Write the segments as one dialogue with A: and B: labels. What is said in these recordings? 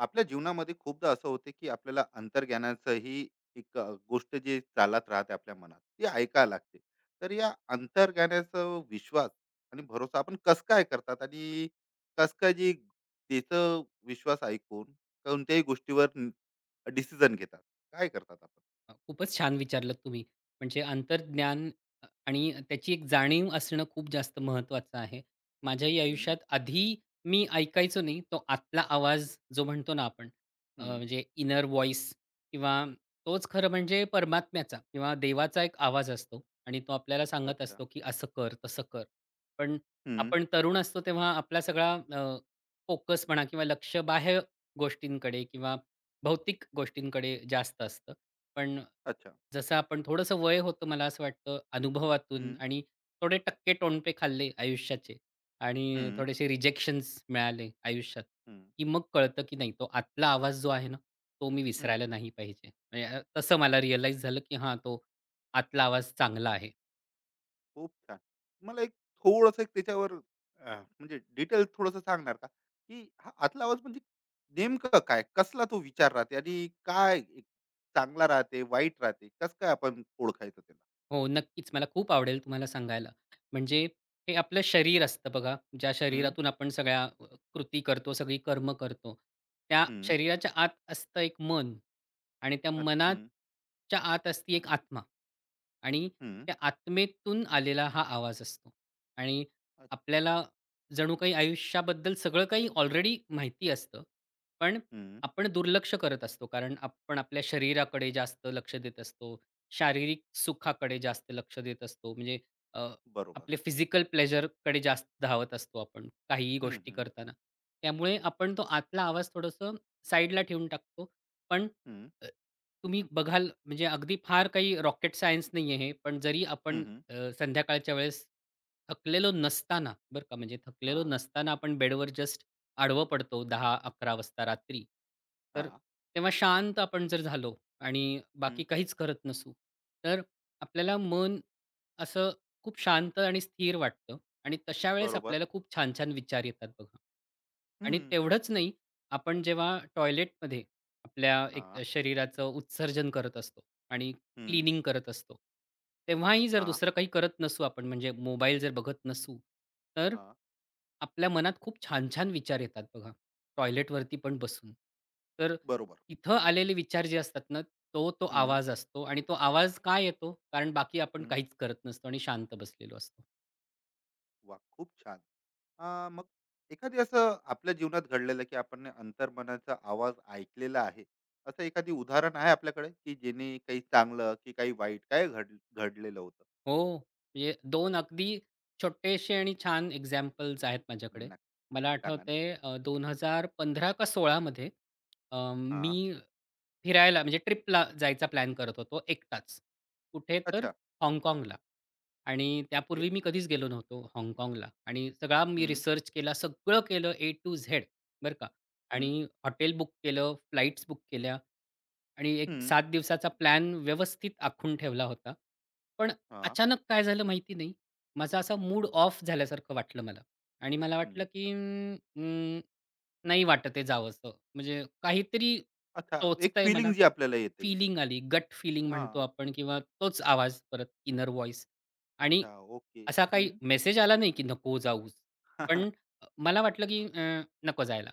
A: आपल्या जीवनामध्ये खूपदा असं होते की आपल्याला अंतर्ज्ञानाचंही एक गोष्ट जी चालत राहते आपल्या मनात ती ऐकायला लागते तर या अंतर्ज्ञानाचा विश्वास आणि भरोसा आपण कस काय करतात आणि कस काय जी त्याचं विश्वास ऐकून कोणत्याही गोष्टीवर डिसिजन घेतात काय करतात आपण.
B: खूपच छान विचारलंत तुम्ही. म्हणजे अंतर्ज्ञान आणि त्याची एक जाणीव असणं खूप जास्त महत्त्वाचं आहे. माझ्याही
A: हम्म,
B: आयुष्यात आधी मी ऐकायचो नाही. तो आतला आवाज जो म्हणतो ना आपण,
A: हम्म,
B: म्हणजे इनर व्हॉईस किंवा तोच खरं म्हणजे परमात्म्याचा किंवा देवाचा एक आवाज असतो आणि तो आपल्याला सांगत
A: अच्छा.
B: असतो, की असं कर, तसं कर. पण
A: हम्म,
B: आपण तरुण असतो तेव्हा आपला सगळा फोकस म्हणा किंवा लक्ष बाह्य गोष्टींकडे किंवा भौतिक गोष्टींकडे जास्त असतं. पण
A: अच्छा.
B: जसं आपण थोडंसं वय होतं मला असं वाटतं अनुभवातून
A: हम्म,
B: आणि थोडे टक्के टोणपे खाल्ले आयुष्याचे आणि
A: हम्म,
B: थोडेसे रिजेक्शन्स मिळाले आयुष्यात,
A: हम्म,
B: की मग कळतं की नाही तो आतला आवाज जो आहे ना, तो मी
A: हम्म.
B: विसरायला नाही पाहिजे. म्हणजे तसं मला रिअलाईज झालं की हां, तो आतला आवाज चांगला आहे.
A: खूप छान. मला एक थोडंसं एक त्याच्यावर म्हणजे डिटेल थोडंसं सांगणार का? की हा आतला आवाज म्हणजे नेमकं काय? कसला तो विचार राहते आणि काय एक चांगला राहते, वाईट राहते? कसं काय आपण ओळखायचं त्याला?
B: हो, नक्कीच. मला खूप आवडेल तुम्हाला सांगायला. म्हणजे हे आपलं शरीर असतं बघा, ज्या
A: हं,
B: शरीरातून आपण सगळ्या कृती करतो, सगळी कर्म करतो. त्या
A: हं,
B: शरीराच्या आत असतं एक मन आणि त्या
A: अ, हं,
B: मनाच्या आत असते एक आत्मा आणि
A: हं,
B: त्या आत्मेतून आलेला हा आवाज असतो आणि
A: अ,
B: आपल्याला जणू काही आयुष्याबद्दल सगळं काही ऑलरेडी माहिती असतं. पण
A: हं,
B: आपण दुर्लक्ष करत असतो कारण आपण आपल्या शरीराकडे जास्त लक्ष देत असतो. शारीरिक सुखाकडे जास्त लक्ष देत असतो. म्हणजे अ,
A: बरोबर.
B: आपले फिजिकल प्लेजरकडे जास्त धावत असतो आपण काहीही
A: हं,
B: गोष्टी
A: हं,
B: करताना. त्यामुळे आपण तो आतला आवाज थोडंसं साईडला ठेवून टाकतो. पण
A: हं,
B: अ, तुम्ही बघाल म्हणजे अगदी फार काही रॉकेट सायन्स नाहीये हे. पण जरी
A: हं,
B: आपण
A: हं.
B: संध्याकाळच्या वेळेस थकलेलो नसताना, बरं का, म्हणजे थकलेलो
A: हां,
B: नसताना आपण बेडवर जस्ट आडवं पडतो 10 11 वाजता रात्री. तर
A: हां,
B: तेव्हा शांत आपण जर झालो आणि
A: हं,
B: बाकी काहीच करत नसू, तर आपल्याला मन असं खूप शांत आणि स्थिर वाटतं आणि तशा वेळेस
A: बरोबर.
B: आपल्याला खूप छान-छान विचार येतात बघा.
A: हं,
B: आणि तेवढंच नाही, आपण जेव्हा टॉयलेटमध्ये आपल्या एक
A: हां,
B: शरीराचं उत्सर्जन करत असतो आणि
A: हं,
B: क्लीनिंग करत असतो. तेव्हाही जर
A: हां,
B: दुसरं काही करत नसू आपण म्हणजे मोबाईल जर बघत नसू, तर
A: हां,
B: आपल्या मनात खूप छान-छान विचार येतात बघा, टॉयलेटवरती पण बसून. तर
A: बरोबर.
B: तिथं आलेले विचार जे असतात ना, तो आवाज असतो आणि तो आवाज का येतो? कारण बाकी आपण काहीच करत नसतो आणि शांत बसलेलो असतो.
A: वा, खूप छान. मग एखादी असं आपल्या जीवनात घडलेलं की आपण ने अंतर्मनाचा आवाज ऐकलेला आहे असं एखादी उदाहरण आहे आपल्याकडे की जेणे काही चांगलं की काही वाईट काय घडलेलं होतं.
B: हो. म्हणजे 2 अगदी छोटेसे आणि छान एक्झाम्पल्स आहेत माझ्याकडे.
A: नक्कीच
B: मला
A: सांगा ना.
B: आठवतंय 2015 का 16 मध्ये
A: हा,
B: मी फिरायला म्हणजे ट्रिपला जायचा प्लॅन करत होतो एकटाच. कुठे तर
A: अच्छा,
B: हाँगकाँगला. आणि
A: ओके,
B: त्यापूर्वी मी कधीच गेलो नव्हतो हाँगकाँगला आणि सगळा मी
A: हम्म,
B: रिसर्च केला, सगळं केलं ए टू झेड, बरं का.
A: हम्म,
B: आणि हॉटेल बुक केलं, फ्लाइट्स बुक केल्या. आणि एक
A: हम्म,
B: 7 दिवसाचा प्लॅन व्यवस्थित आखून ठेवला होता. पण
A: हा,
B: अचानक काय झालं माहिती नाही. माझा असा मूड ऑफ झाल्यासारखं वाटलं मला आणि मला वाटलं,
A: हम्म,
B: की नाही वाटत आहे जावसं. म्हणजे काहीतरी
A: अच्छा. एक
B: टोचतंय
A: फिलिंग
B: मनात.
A: जी आपल्याला येते.
B: फीलिंग आली, गट फीलिंग
A: हा,
B: म्हणतो आपण किंवा तोच आवाज परत इनर व्हॉईस आणि
A: अच्छा, ओके,
B: असा काही
A: हम्म,
B: मेसेज आला नाही, की नको जाऊच. पण मला वाटलं, की नको जायला.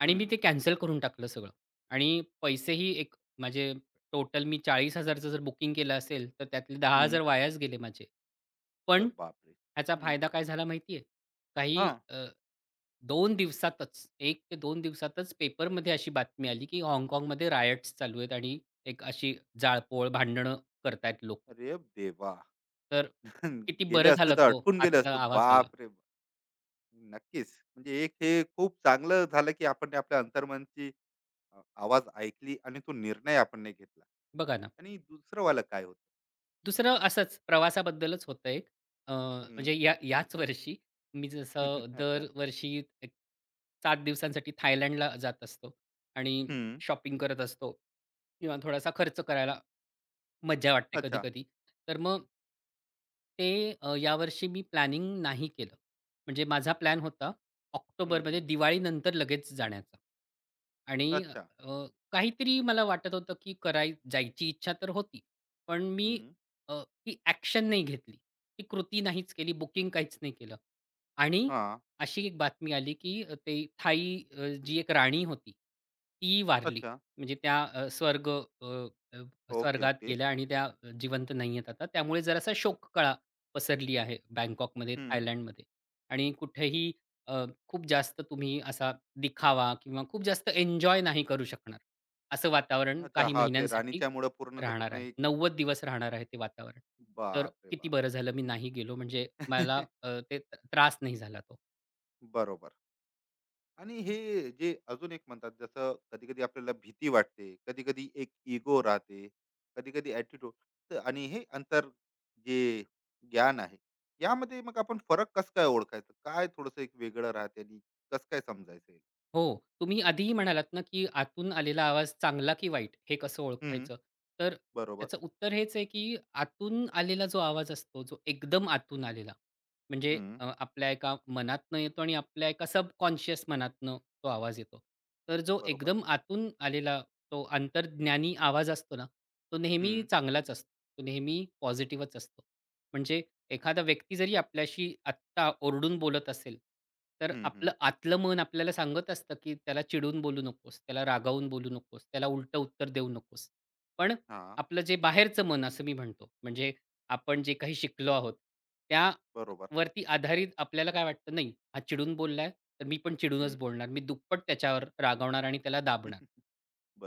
B: आणि मी
A: हम्म,
B: ते कॅन्सल करून टाकलं सगळं आणि पैसेही एक माझे टोटल मी 40,000चं जर बुकिंग केलं असेल, तर त्यातले
A: हम्म,
B: 10,000 वायाच गेले माझे. पण
A: अरे बापरे.
B: ह्याचा
A: हम्म,
B: फायदा काय झाला माहिती आहे?
A: हा,
B: काही 2 दिवसातच 1 ते 2 दिवसातच पेपरमध्ये अशी बातमी आली, की हाँगकाँगमध्ये रायट्स चालू आहेत आणि एक अशी जाळपोळ, भांडणं करतायत लोकं.
A: अरे देवा.
B: तर
A: हं,
B: किती
A: गेले
B: बरं
A: असते
B: झालं
A: तर
B: तो
A: अटकून गेले
B: आतला
A: असते.
B: आवाज आला.
A: बाप रे बाप. नक्कीच. म्हणजे एक हे खूप चांगलं झालं, की आपण ने आपल्या अंतर्मनची आवाज ऐकली आणि तो निर्णय आपण नाही घेतला.
B: बघा ना.
A: आणि दुसरं वाला काय होतं?
B: दुसरं असंच प्रवासाबद्दलच होतं एक.
A: हं.
B: म्हणजे याच वर्षी मी जसं
A: अच्छा.
B: दरवर्षी एक 7 दिवसांसाठी थायलंडला जात असतो आणि
A: हं.
B: शॉपिंग करत असतो किंवा थोडासा खर्च करायला मज्जा वाटते
A: अच्छा.
B: कधी-कधी. तर मग ते यावर्षी मी प्लॅनिंग नाही केलं. म्हणजे माझा प्लॅन होता
A: हं,
B: ऑक्टोबरमध्ये
A: हं.
B: दिवाळीनंतर लगेच जाण्याचा. आणि
A: अच्छा.
B: अ, काहीतरी मला वाटत होतं, की कराय जायची इच्छा तर होती. पण मी
A: हं.
B: ती ॲक्शन नाही घेतली. ती कृती नाहीच केली, बुकिंग काहीच नाही केलं. आणि
A: हां.
B: अशी एक बातमी आली, की ते थाई, जी एक राणी होती, ती वारली.
A: अच्छा.
B: म्हणजे त्या अ, स्वर्ग
A: ओके,
B: स्वर्गात
A: ओके.
B: गेल्या आणि त्या जिवंत नाहीयेत आता. त्यामुळे जरासा शोककळा पसरली आहे बँकॉकमध्ये,
A: हं.
B: थायलंडमध्ये आणि कुठेही अ, खूप जास्त तुम्ही असा दिखावा किंवा खूप जास्त एन्जॉय नाही करू शकणार. असं वातावरण
A: अच्छा.
B: काही
A: हां, ते
B: महिन्यांसाठी
A: राणीच्यामुळं पूर्णचं
B: राहणार
A: पूर्ण
B: आहे.
A: एक.
B: 90 दिवस राहणार आहे ते वातावरण. तर
A: बापरे
B: किती
A: बाप!
B: बरं झालं मी नाही गेलो म्हणजे मला ते त्रास नाही झाला तो.
A: बरोबर. आणि हे जे अजून एक म्हणतात, जसं कधी कधी आपल्याला भीती वाटते, कधी कधी एक इगो राहते, कधी कधी ऍटिट्यूड, आणि हे अंतर जे ज्ञान आहे यामध्ये मग आपण फरक कस काय ओळखायचं, काय थोडस एक वेगळं राहते आणि कस काय समजायचं हे?
B: हो. तुम्ही आधीही म्हणालात ना, की आतून आलेला आवाज चांगला की वाईट हे कसं
A: हम्म,
B: ओळखायचं? तर
A: बरोबर.
B: त्याचं उत्तर हेच आहे, की आतून आलेला जो आवाज असतो, जो एकदम आतून आलेला, म्हणजे
A: हम्म,
B: आपल्या एका मनातनं येतो आणि आपल्या एका सबकॉन्शियस मनातनं तो आवाज येतो. तर जो
A: बरोबर.
B: एकदम आतून आलेला तो अंतर्ज्ञानी आवाज असतो ना, तो नेहमी
A: हम्म,
B: चांगलाच असतो. तो नेहमी पॉझिटिव्हच असतो. म्हणजे एखादा व्यक्ती जरी आपल्याशी आत्ता ओरडून बोलत असेल, तर
A: हम्म, हम्म,
B: आपलं आतलं मन आपल्याला सांगत असतं, की त्याला चिडून बोलू नकोस, त्याला रागावून बोलू नकोस, त्याला उलटं उत्तर देऊ नकोस. पण
A: हा,
B: आपलं जे बाहेरचं मन असं मी म्हणतो, म्हणजे आपण जे काही शिकलो आहोत,
A: बरोबर.
B: त्यावरती आधारित आपल्याला काय वाटतं, "नाही, हा चिडून बोललाय, तर मी पण चिडूनच
A: हम्म,
B: बोलणार. मी दुप्पट त्याच्यावर रागावणार आणि त्याला दाबणार."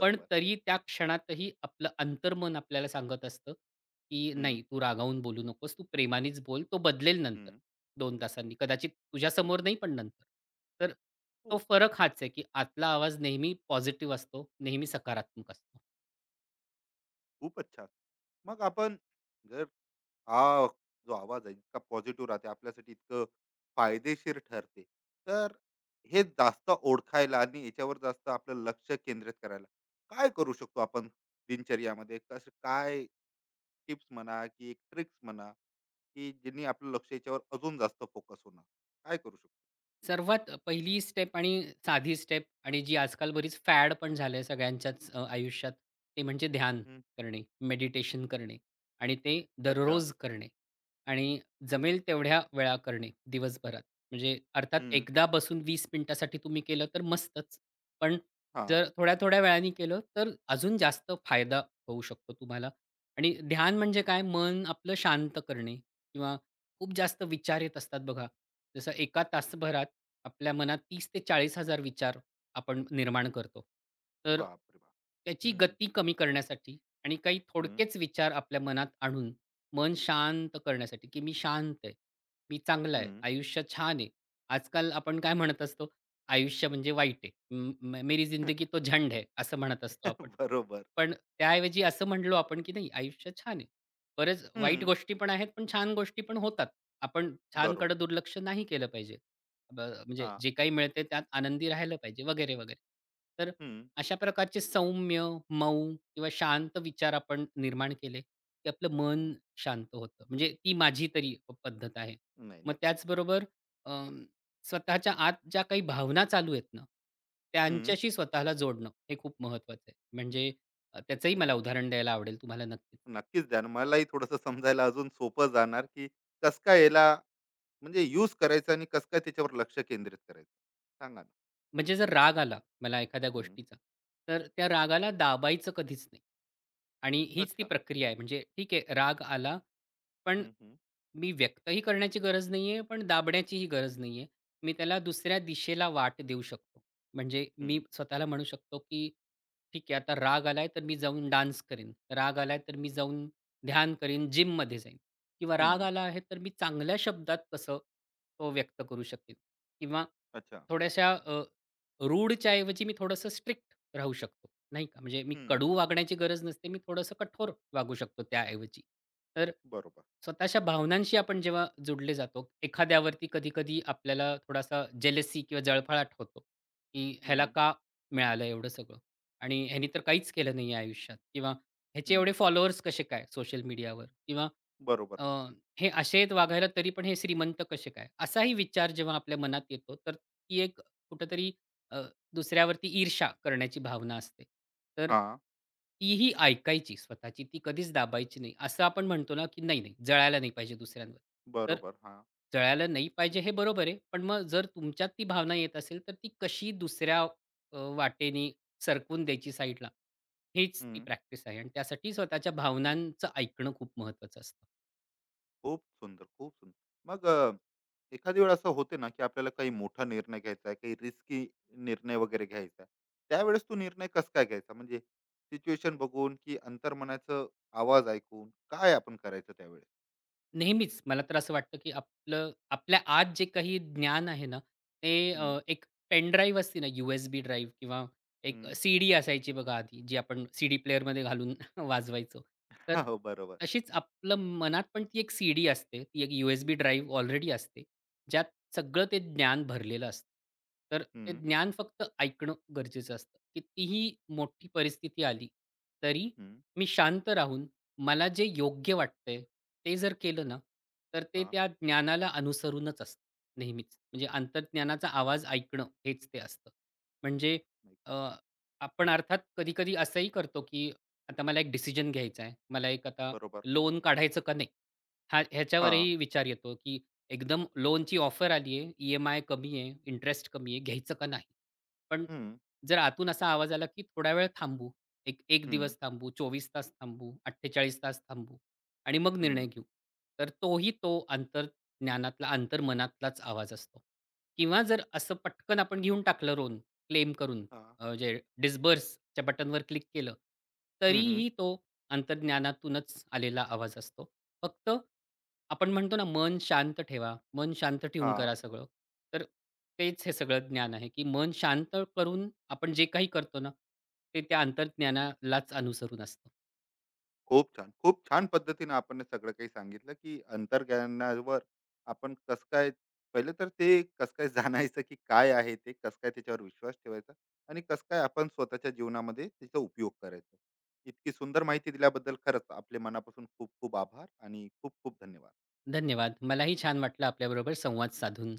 B: पण तरी त्या क्षणातही आपलं अंतर्मन आपल्याला सांगत असतं, की
A: हम्म,
B: नाही तू रागावून बोलू नकोस. तू प्रेमानेच बोल. तो बदलेल नंतर
A: हम्म,
B: 2 तासांनी. कदाचित तुझ्यासमोर नाही पण नंतर. तर तो
A: हो.
B: फरक हाच आहे, की आतला आवाज नेहमी पॉझिटिव्ह असतो, नेहमी सकारात्मक असतो.
A: खूपच छान. मग आपण, जर हा जो आवाज आहे इतका पॉझिटिव्ह राहते, आपल्यासाठी इतकं फायदेशीर ठरते, तर हे जास्त ओळखायला आणि याच्यावर जास्त आपलं लक्ष केंद्रित करायला काय करू शकतो आपण दिनचर्यामध्ये? कसं काय, टिप्स म्हणा की एक ट्रिक्स म्हणा, की ज्यांनी आपलं लक्ष याच्यावर अजून जास्त फोकस होणार, काय करू शकतो?
B: सर्वात पहिली स्टेप आणि साधी स्टेप आणि जी आजकाल बरीच फॅड पण झाली सगळ्यांच्याच आयुष्यात, ते म्हणजे ध्यान
A: हम्म,
B: करणे, मेडिटेशन करणे आणि ते
A: अच्छा.
B: दररोज करणे आणि जमेल तेवढ्या वेळा करणे दिवसभरात. म्हणजे अर्थात
A: हम्म,
B: एकदा बसून 20 मिनिटासाठी तुम्ही केलं तर मस्तच. पण
A: हा,
B: जर थोड्या-थोड्या वेळाने केलं तर अजून जास्त फायदा होऊ शकतो तुम्हाला. आणि ध्यान म्हणजे काय? मन आपलं शांत करणे किंवा खूप जास्त विचार येत असतात बघा. जसं एका तासभरात आपल्या मनात 30,000 ते 40,000 विचार आपण निर्माण करतो. तर
A: बापरे बाप.
B: त्याची
A: हम्म,
B: गती कमी करण्यासाठी आणि काही
A: हम्म,
B: थोडकेच विचार आपल्या मनात आणून मन शांत करण्यासाठी, की मी शांत आहे, मी चांगला आहे,
A: हम्म,
B: आयुष्य छान आहे. आजकाल आपण काय म्हणत असतो? आयुष्य म्हणजे वाईट आहे. म म मेरी जिंदगी तो झंड है, असं म्हणत असतो आपण.
A: बरोबर.
B: पण त्याऐवजी असं म्हणलो आपण, की नाही आयुष्य छान आहे. बरेच वाईट
A: हम्म,
B: गोष्टी पण आहेत, पण छान गोष्टी पण होतात. आपण
A: बरोबर.
B: छानकडं दुर्लक्ष नाही केलं पाहिजे. ब म्हणजे
A: हा,
B: जे काही मिळते त्यात आनंदी राहिलं पाहिजे वगैरे, वगैरे. तर
A: हम्म,
B: अशा प्रकारचे सौम्य, मऊ किंवा शांत विचार आपण निर्माण केले, की आपलं मन
A: हम्म,
B: शांत होतं. म्हणजे ती माझी तरी पद्धत आहे.
A: नाही,
B: मग
A: नक्कीच.
B: त्याचबरोबर अं, स्वतःच्या आत ज्या काही भावना चालू आहेत ना,
A: हम्म,
B: त्यांच्याशी स्वतःला जोडणं हे खूप महत्त्वाचं आहे. म्हणजे त्याचंही मला
A: हम्म.
B: उदाहरण द्यायला आवडेल तुम्हाला नक्कीच.
A: नक्कीच द्या ना. मलाही थोडंसं समजायला अजून सोपं जाणार की कसं काय याला, म्हणजे यूज करायचं आणि कसं काय त्याच्यावर लक्ष केंद्रित करायचं. सांगा ना.
B: म्हणजे जर राग आला मला एखाद्या
A: हम्म,
B: गोष्टीचा, तर त्या रागाला दाबायचं कधीच नाही. आणि हीच ती
A: अच्छा.
B: प्रक्रिया आहे. म्हणजे ठीक आहे, राग आला, पण
A: हम्म, हम्म,
B: मी व्यक्तही करण्याची गरज नाहीये, पण दाबण्याचीही गरज नाहीये. मी त्याला दुसऱ्या दिशेला वाट देऊ शकतो. म्हणजे मी
A: हम्म,
B: स्वतःला म्हणू शकतो, की ठीक आहे आता राग आलाय, तर मी जाऊन डान्स करीन. राग आलाय, तर मी जाऊन ध्यान करीन, जिममध्ये जाईन किंवा राग
A: हम्म,
B: आला आहे, तर मी चांगल्या शब्दात कसं तो व्यक्त करू शकेन किंवा
A: अच्छा.
B: थोड्याशा अ, ऐवजी मी थोडंसं स्ट्रिक्ट राहू शकतो. नाही का, म्हणजे मी
A: हम्म,
B: कडू वागण्याची गरज नसते. मी थोडंसं कठोर वागू शकतो त्याऐवजी. तर
A: बरोबर.
B: स्वतःच्या भावनांशी आपण जेव्हा जुडले जातो, एखाद्यावरती कधी-कधी आपल्याला थोडासा जेलसी किंवा जळफळाट होतो, की ह्याला
A: हम्म,
B: का मिळालं एवढं सगळं? आणि ह्यानी तर काहीच केलं नाही आयुष्यात किंवा ह्याचे
A: हम्म,
B: एवढे फॉलोअर्स कसे काय सोशल मीडियावर? किंवा
A: बरोबर.
B: अ, हे असे आहेत वागायला तरी पण हे श्रीमंत कसे काय? असाही विचार जेव्हा आपल्या मनात येतो, तर ती एक कुठेतरी अ, दुसऱ्यावरती ईर्ष्या करण्याची भावना असते. तर
A: हा,
B: तीही ऐकायची स्वतःची, ती कधीच दाबायची नाही. असं आपण म्हणतो ना, की नाही, नाही, जळायला नाही पाहिजे दुसऱ्यांवर. तर
A: बरोबर. हा,
B: जळायला नाही पाहिजे हे बरोबर आहे. पण मग जर तुमच्यात ती भावना येत असेल, तर ती कशी दुसऱ्या वाटेने सरकून द्यायची साईडला, हीच ती प्रॅक्टिस आहे आणि त्यासाठी स्वतःच्या भावनांचं ऐकणं खूप महत्त्वाचं असतं.
A: खूप सुंदर, खूप सुंदर. मग एखादी वेळ असं होते ना, की आपल्याला काही मोठा निर्णय घ्यायचा आहे, काही रिस्की निर्णय वगैरे घ्यायचा आहे. त्यावेळेस तो निर्णय कसं काय घ्यायचा? म्हणजे सिच्युएशन बघून, की अंतर्मनाचा आवाज ऐकून, काय आपण करायचं त्यावेळेस?
B: नेहमीच मला तर असं वाटतं, की आपलं आपल्या आत जे काही ज्ञान आहे ना, ते
A: हं,
B: एक पेन ड्राईव्ह असते ना, यू-एस-बी ड्राईव्ह किंवा एक
A: हं.
B: सीडी असायची बघा आधी, जी आपण सीडी प्लेयरमध्ये घालून वाजवायचो. तर
A: हो, बरोबर.
B: तशीच आपलं मनात पण ती एक सीडी असते, ती एक यू-एस-बी ड्राईव्ह ऑलरेडी असते, ज्यात सगळं ते ज्ञान भरलेलं असतं. तर ते
A: हं,
B: ज्ञान फक्त ऐकणं गरजेचं असतं. कितीही मोठी परिस्थिती आली, तरी
A: हं.
B: मी शांत राहून मला जे योग्य वाटतंय ते जर केलं ना, तर ते
A: हां.
B: त्या ज्ञानाला अनुसरूनच असतं नेहमीच. म्हणजे अंतर्ज्ञानाचा आवाज ऐकणं हेच ते असतं. म्हणजे अ, आपण अर्थात कधी-कधी असंही करतो, की आता मला एक डिसिजन घ्यायचा आहे. मला एक आता
A: बरोबर.
B: लोन काढायचं का नाही? हा
A: हां.
B: ह्याच्यावरही विचार येतो, की एकदम लोनची ऑफर आली आहे, ई-एम-आय कमी आहे, इंटरेस्ट कमी आहे, घ्यायचं का नाही? पण
A: हं,
B: जर आतून असा आवाज आला, की थोडा वेळ थांबू. एक 1
A: हं,
B: दिवस थांबू, 24 तास थांबू, 48 तास थांबू. आणि मग
A: हं.
B: निर्णय घेऊ. तर तोही तो अंतर्ज्ञानातला, अंतर्मनातलाच आवाज असतो. किंवा जर असं पटकन आपण घेऊन टाकलं लोन क्लेम करून,
A: हां.
B: जे डिस्बर्सच्या बटनवर क्लिक केलं,
A: हं, हं.
B: तरीही तो अंतर्ज्ञानातूनच आलेला आवाज असतो. फक्त आपण म्हणतो ना, मन शांत ठेवा, मन शांत ठेवून
A: हां.
B: करा सगळं. तर तेच हे सगळं ज्ञान आहे, की मन शांत करून आपण जे काही करतो ना, ते त्या अंतर्ज्ञानालाच अनुसरून असतं.
A: खूप छान. खूप छान पद्धतीने आपण हे सगळं काही सांगितलं, की अंतर्ज्ञानावर आपण कसं काय, पहिलं तर ते कसं काय जाणायचं, की काय आहे ते? कसं काय त्याच्यावर विश्वास ठेवायचा? आणि कसं काय आपण स्वतःच्या जीवनामध्ये त्याचा उपयोग करायचा? इतकी सुंदर माहिती दिल्याबद्दल खरंच आपले मनापासून खूप खूप आभार आणि खूप खूप धन्यवाद.
B: धन्यवाद. मलाही छान वाटलं आपल्याबरोबर संवाद साधून.